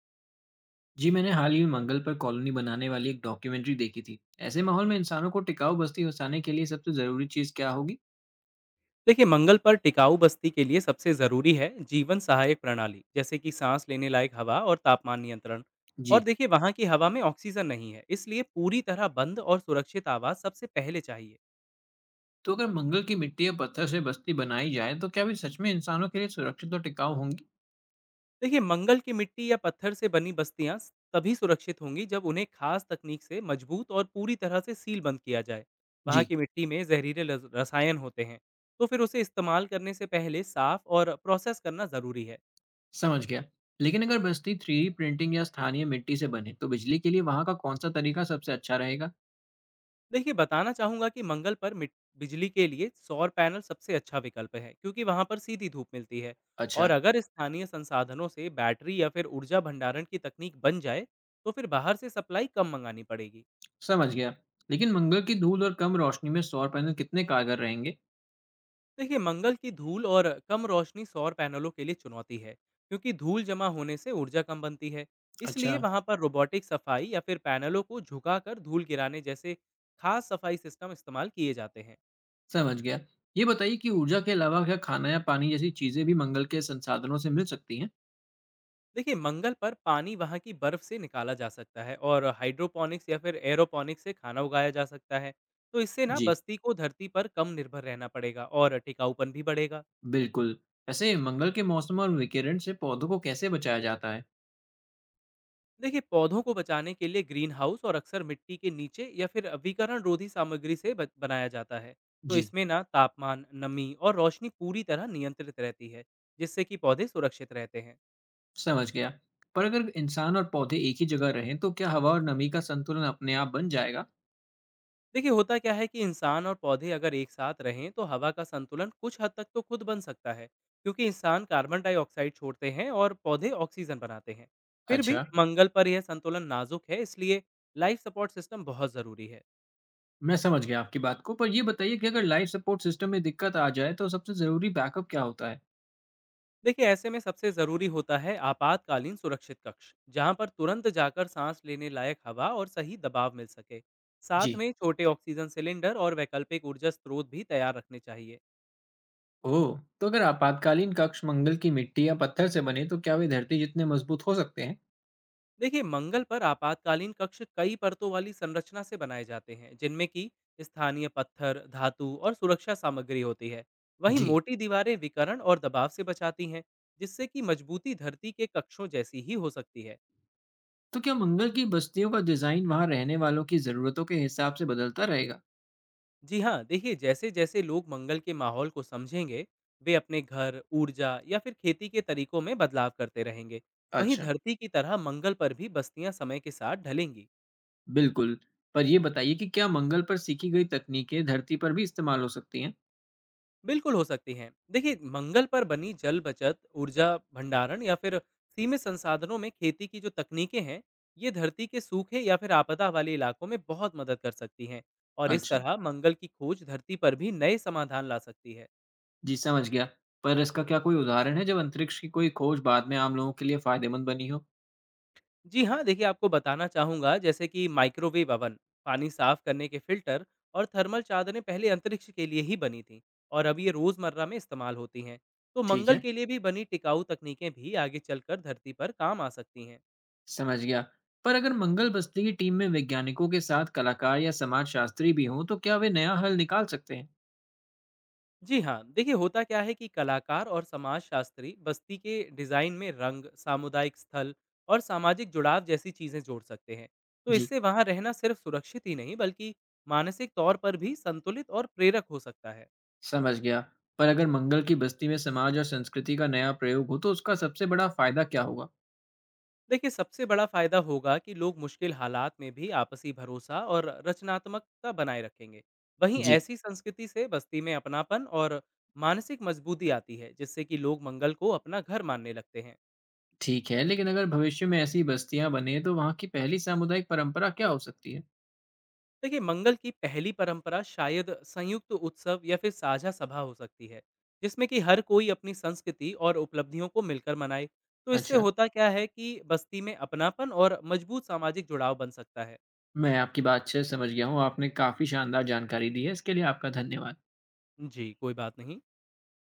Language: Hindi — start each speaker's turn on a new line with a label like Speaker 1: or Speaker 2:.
Speaker 1: जी, मैंने हाल ही में मंगल पर कॉलोनी बनाने वाली एक डॉक्यूमेंट्री देखी थी। ऐसे माहौल में इंसानों को टिकाऊ बस्ती बसाने के लिए सबसे जरूरी चीज क्या होगी?
Speaker 2: देखिए, मंगल पर टिकाऊ बस्ती के लिए सबसे ज़रूरी है जीवन सहायक प्रणाली, जैसे कि सांस लेने लायक हवा और तापमान नियंत्रण। और
Speaker 1: जी।
Speaker 2: देखिए, वहाँ की हवा में ऑक्सीजन नहीं है, इसलिए पूरी तरह बंद और सुरक्षित आवास सबसे पहले चाहिए।
Speaker 1: तो अगर मंगल की मिट्टी या पत्थर से बस्ती बनाई जाए तो क्या वे सच में इंसानों के लिए सुरक्षित और टिकाऊ होंगी?
Speaker 2: देखिए, मंगल की मिट्टी या पत्थर से बनी बस्तियाँ तभी सुरक्षित होंगी जब उन्हें खास तकनीक से मजबूत और पूरी तरह से सील बंद किया जाए। वहाँ
Speaker 1: जी,
Speaker 2: की मिट्टी में जहरीले रसायन होते हैं, तो फिर उसे इस्तेमाल करने से पहले साफ और प्रोसेस करना ज़रूरी है।
Speaker 1: समझ गया। लेकिन अगर बस्ती थ्री डी प्रिंटिंग या स्थानीय मिट्टी से बने तो बिजली के लिए वहां का कौन सा तरीका सबसे अच्छा रहेगा?
Speaker 2: देखिए, बताना चाहूँगा कि मंगल पर मिट बिजली के लिए सौर पैनल सबसे अच्छा विकल्प है, क्योंकि वहाँ पर सीधी धूप मिलती है।
Speaker 1: अच्छा,
Speaker 2: और अगर स्थानीय संसाधनों से बैटरी या फिर ऊर्जा भंडारण की तकनीक बन जाए, तो फिर बाहर से सप्लाई कम मंगानी पड़ेगी।
Speaker 1: समझ गया। लेकिन मंगल की धूल और कम रोशनी में सौर पैनल कितने कारगर रहेंगे?
Speaker 2: देखिए, मंगल की धूल और कम रोशनी सौर पैनलों के लिए चुनौती है, क्योंकि धूल जमा होने से ऊर्जा कम बनती है।
Speaker 1: अच्छा,
Speaker 2: इसलिए वहाँ पर रोबोटिक सफाई या फिर पैनलों को झुकाकर धूल गिराने जैसे खास सफाई सिस्टम इस्तेमाल किए जाते हैं।
Speaker 1: समझ गया। ये बताइए कि ऊर्जा के अलावा क्या खाना या पानी जैसी चीज़ें भी मंगल के संसाधनों से मिल सकती हैं?
Speaker 2: देखिए, मंगल पर पानी वहाँ की बर्फ से निकाला जा सकता है, और हाइड्रोपोनिक्स या फिर एरोपोनिक्स से खाना उगाया जा सकता है। तो इससे ना
Speaker 1: जी,
Speaker 2: बस्ती को धरती पर कम निर्भर रहना पड़ेगा और टिकाऊपन भी बढ़ेगा।
Speaker 1: बिल्कुल। वैसे मंगल के मौसम और विकिरण से पौधों को कैसे बचाया जाता है?
Speaker 2: देखिए, पौधों को बचाने के लिए ग्रीन हाउस और अक्सर मिट्टी के नीचे या फिर विकरण रोधी सामग्री से बनाया जाता है। तो
Speaker 1: जी,
Speaker 2: इसमें ना तापमान, नमी और रोशनी पूरी तरह नियंत्रित रहती है, जिससे कि पौधे सुरक्षित रहते हैं।
Speaker 1: समझ गया। पर अगर इंसान और पौधे एक ही जगह रहें तो क्या हवा और नमी का संतुलन अपने आप बन जाएगा?
Speaker 2: देखिए, होता क्या है कि इंसान और पौधे अगर एक साथ रहें तो हवा का संतुलन कुछ हद तक तो खुद बन सकता है, क्योंकि इंसान कार्बन डाइऑक्साइड छोड़ते हैं और पौधे ऑक्सीजन बनाते हैं। फिर भी
Speaker 1: अच्छा,
Speaker 2: मंगल पर यह संतुलन नाजुक है, इसलिए लाइफ सपोर्ट सिस्टम बहुत ज़रूरी है।
Speaker 1: मैं समझ गया आपकी बात को। पर ये बताइए कि अगर लाइफ सपोर्ट सिस्टम में दिक्कत आ जाए तो सबसे ज़रूरी बैकअप क्या होता है?
Speaker 2: देखिए, ऐसे में सबसे ज़रूरी होता है आपातकालीन सुरक्षित कक्ष, जहाँ पर तुरंत जाकर सांस लेने लायक हवा और सही दबाव मिल सके। साथ
Speaker 1: जी।
Speaker 2: में छोटे ऑक्सीजन सिलेंडर और वैकल्पिक ऊर्जा स्रोत भी तैयार रखने चाहिए।
Speaker 1: ओह! तो अगर आपातकालीन कक्ष मंगल की मिट्टी या पत्थर से बने तो क्या वे धरती जितने मजबूत हो सकते हैं?
Speaker 2: देखिए, मंगल पर आपातकालीन कक्ष कई परतों वाली संरचना से बनाए जाते हैं, जिनमें की स्थानीय पत्थर, धातु और सुरक्षा सामग्री होती है। वहीं
Speaker 1: जी।
Speaker 2: मोटी दीवारें विकरण और दबाव से बचाती हैं, जिससे कि मजबूती धरती के कक्षों जैसी ही हो सकती है।
Speaker 1: तो क्या मंगल की बस्तियों का डिजाइन वहां रहने वालों की जरूरतों के हिसाब से बदलता रहेगा?
Speaker 2: जी हाँ, देखिए, जैसे जैसे लोग मंगल के माहौल को समझेंगे, वे अपने घर, ऊर्जा या फिर खेती के तरीकों में बदलाव करते रहेंगे। वहीं
Speaker 1: अच्छा,
Speaker 2: धरती की तरह मंगल पर भी बस्तियां समय के साथ ढलेंगी।
Speaker 1: बिल्कुल। पर यह बताइए कि क्या मंगल पर सीखी गई तकनीकें धरती पर भी इस्तेमाल हो सकती हैं?
Speaker 2: बिल्कुल हो सकती हैं। देखिए, मंगल पर बनी जल बचत, ऊर्जा भंडारण या फिर सीमित संसाधनों में खेती की जो तकनीकें हैं, ये धरती के सूखे या फिर आपदा वाले इलाकों में बहुत मदद कर सकती हैं। और इस
Speaker 1: अच्छा,
Speaker 2: तरह मंगल की खोज धरती पर भी नए समाधान ला सकती है।
Speaker 1: जी, समझ गया। पर इसका क्या कोई उदाहरण है जब अंतरिक्ष की कोई खोज बाद में आम लोगों के लिए फायदेमंद बनी हो?
Speaker 2: जी हाँ, देखिए, आपको बताना चाहूँगा, जैसे कि माइक्रोवेव अवन, पानी साफ करने के फिल्टर और थर्मल चादरें पहले अंतरिक्ष के लिए ही बनी थीं, और अब ये रोज़मर्रा में इस्तेमाल होती हैं। तो
Speaker 1: ठीक
Speaker 2: मंगल
Speaker 1: है,
Speaker 2: के लिए भी बनी टिकाऊ तकनीकें भी आगे चलकर धरती पर काम आ सकती हैं।
Speaker 1: समझ गया। पर अगर मंगल बस्ती की टीम में वैज्ञानिकों के साथ कलाकार या समाज शास्त्री भी हों तो क्या वे नया हल निकाल सकते हैं?
Speaker 2: जी हाँ, देखिए, होता क्या है कि कलाकार और समाजशास्त्री बस्ती के डिज़ाइन में रंग, सामुदायिक स्थल और सामाजिक जुड़ाव जैसी चीज़ें जोड़ सकते हैं। तो
Speaker 1: जी,
Speaker 2: इससे वहाँ रहना सिर्फ सुरक्षित ही नहीं, बल्कि मानसिक तौर पर भी संतुलित और प्रेरक हो सकता है।
Speaker 1: समझ गया। पर अगर मंगल की बस्ती में समाज और संस्कृति का नया प्रयोग हो तो उसका सबसे बड़ा फायदा क्या होगा?
Speaker 2: देखिए, सबसे बड़ा फायदा होगा कि लोग मुश्किल हालात में भी आपसी भरोसा और रचनात्मकता बनाए रखेंगे। वहीं
Speaker 1: जी,
Speaker 2: ऐसी संस्कृति से बस्ती में अपनापन और मानसिक मजबूती आती है, जिससे कि लोग मंगल को अपना घर मानने लगते हैं।
Speaker 1: ठीक है, लेकिन अगर भविष्य में ऐसी बस्तियां बने तो वहां की पहली सामुदायिक परंपरा क्या हो सकती है?
Speaker 2: देखिए, मंगल की पहली परंपरा शायद संयुक्त उत्सव या फिर साझा सभा हो सकती है, जिसमें कि हर कोई अपनी संस्कृति और उपलब्धियों को मिलकर मनाए। तो इससे
Speaker 1: अच्छा,
Speaker 2: होता क्या है कि बस्ती में अपनापन और मजबूत सामाजिक जुड़ाव बन सकता है।
Speaker 1: मैं आपकी बात अच्छे से समझ गया हूँ। आपने काफी शानदार जानकारी दी है। इसके लिए आपका धन्यवाद।
Speaker 2: जी, कोई बात नहीं।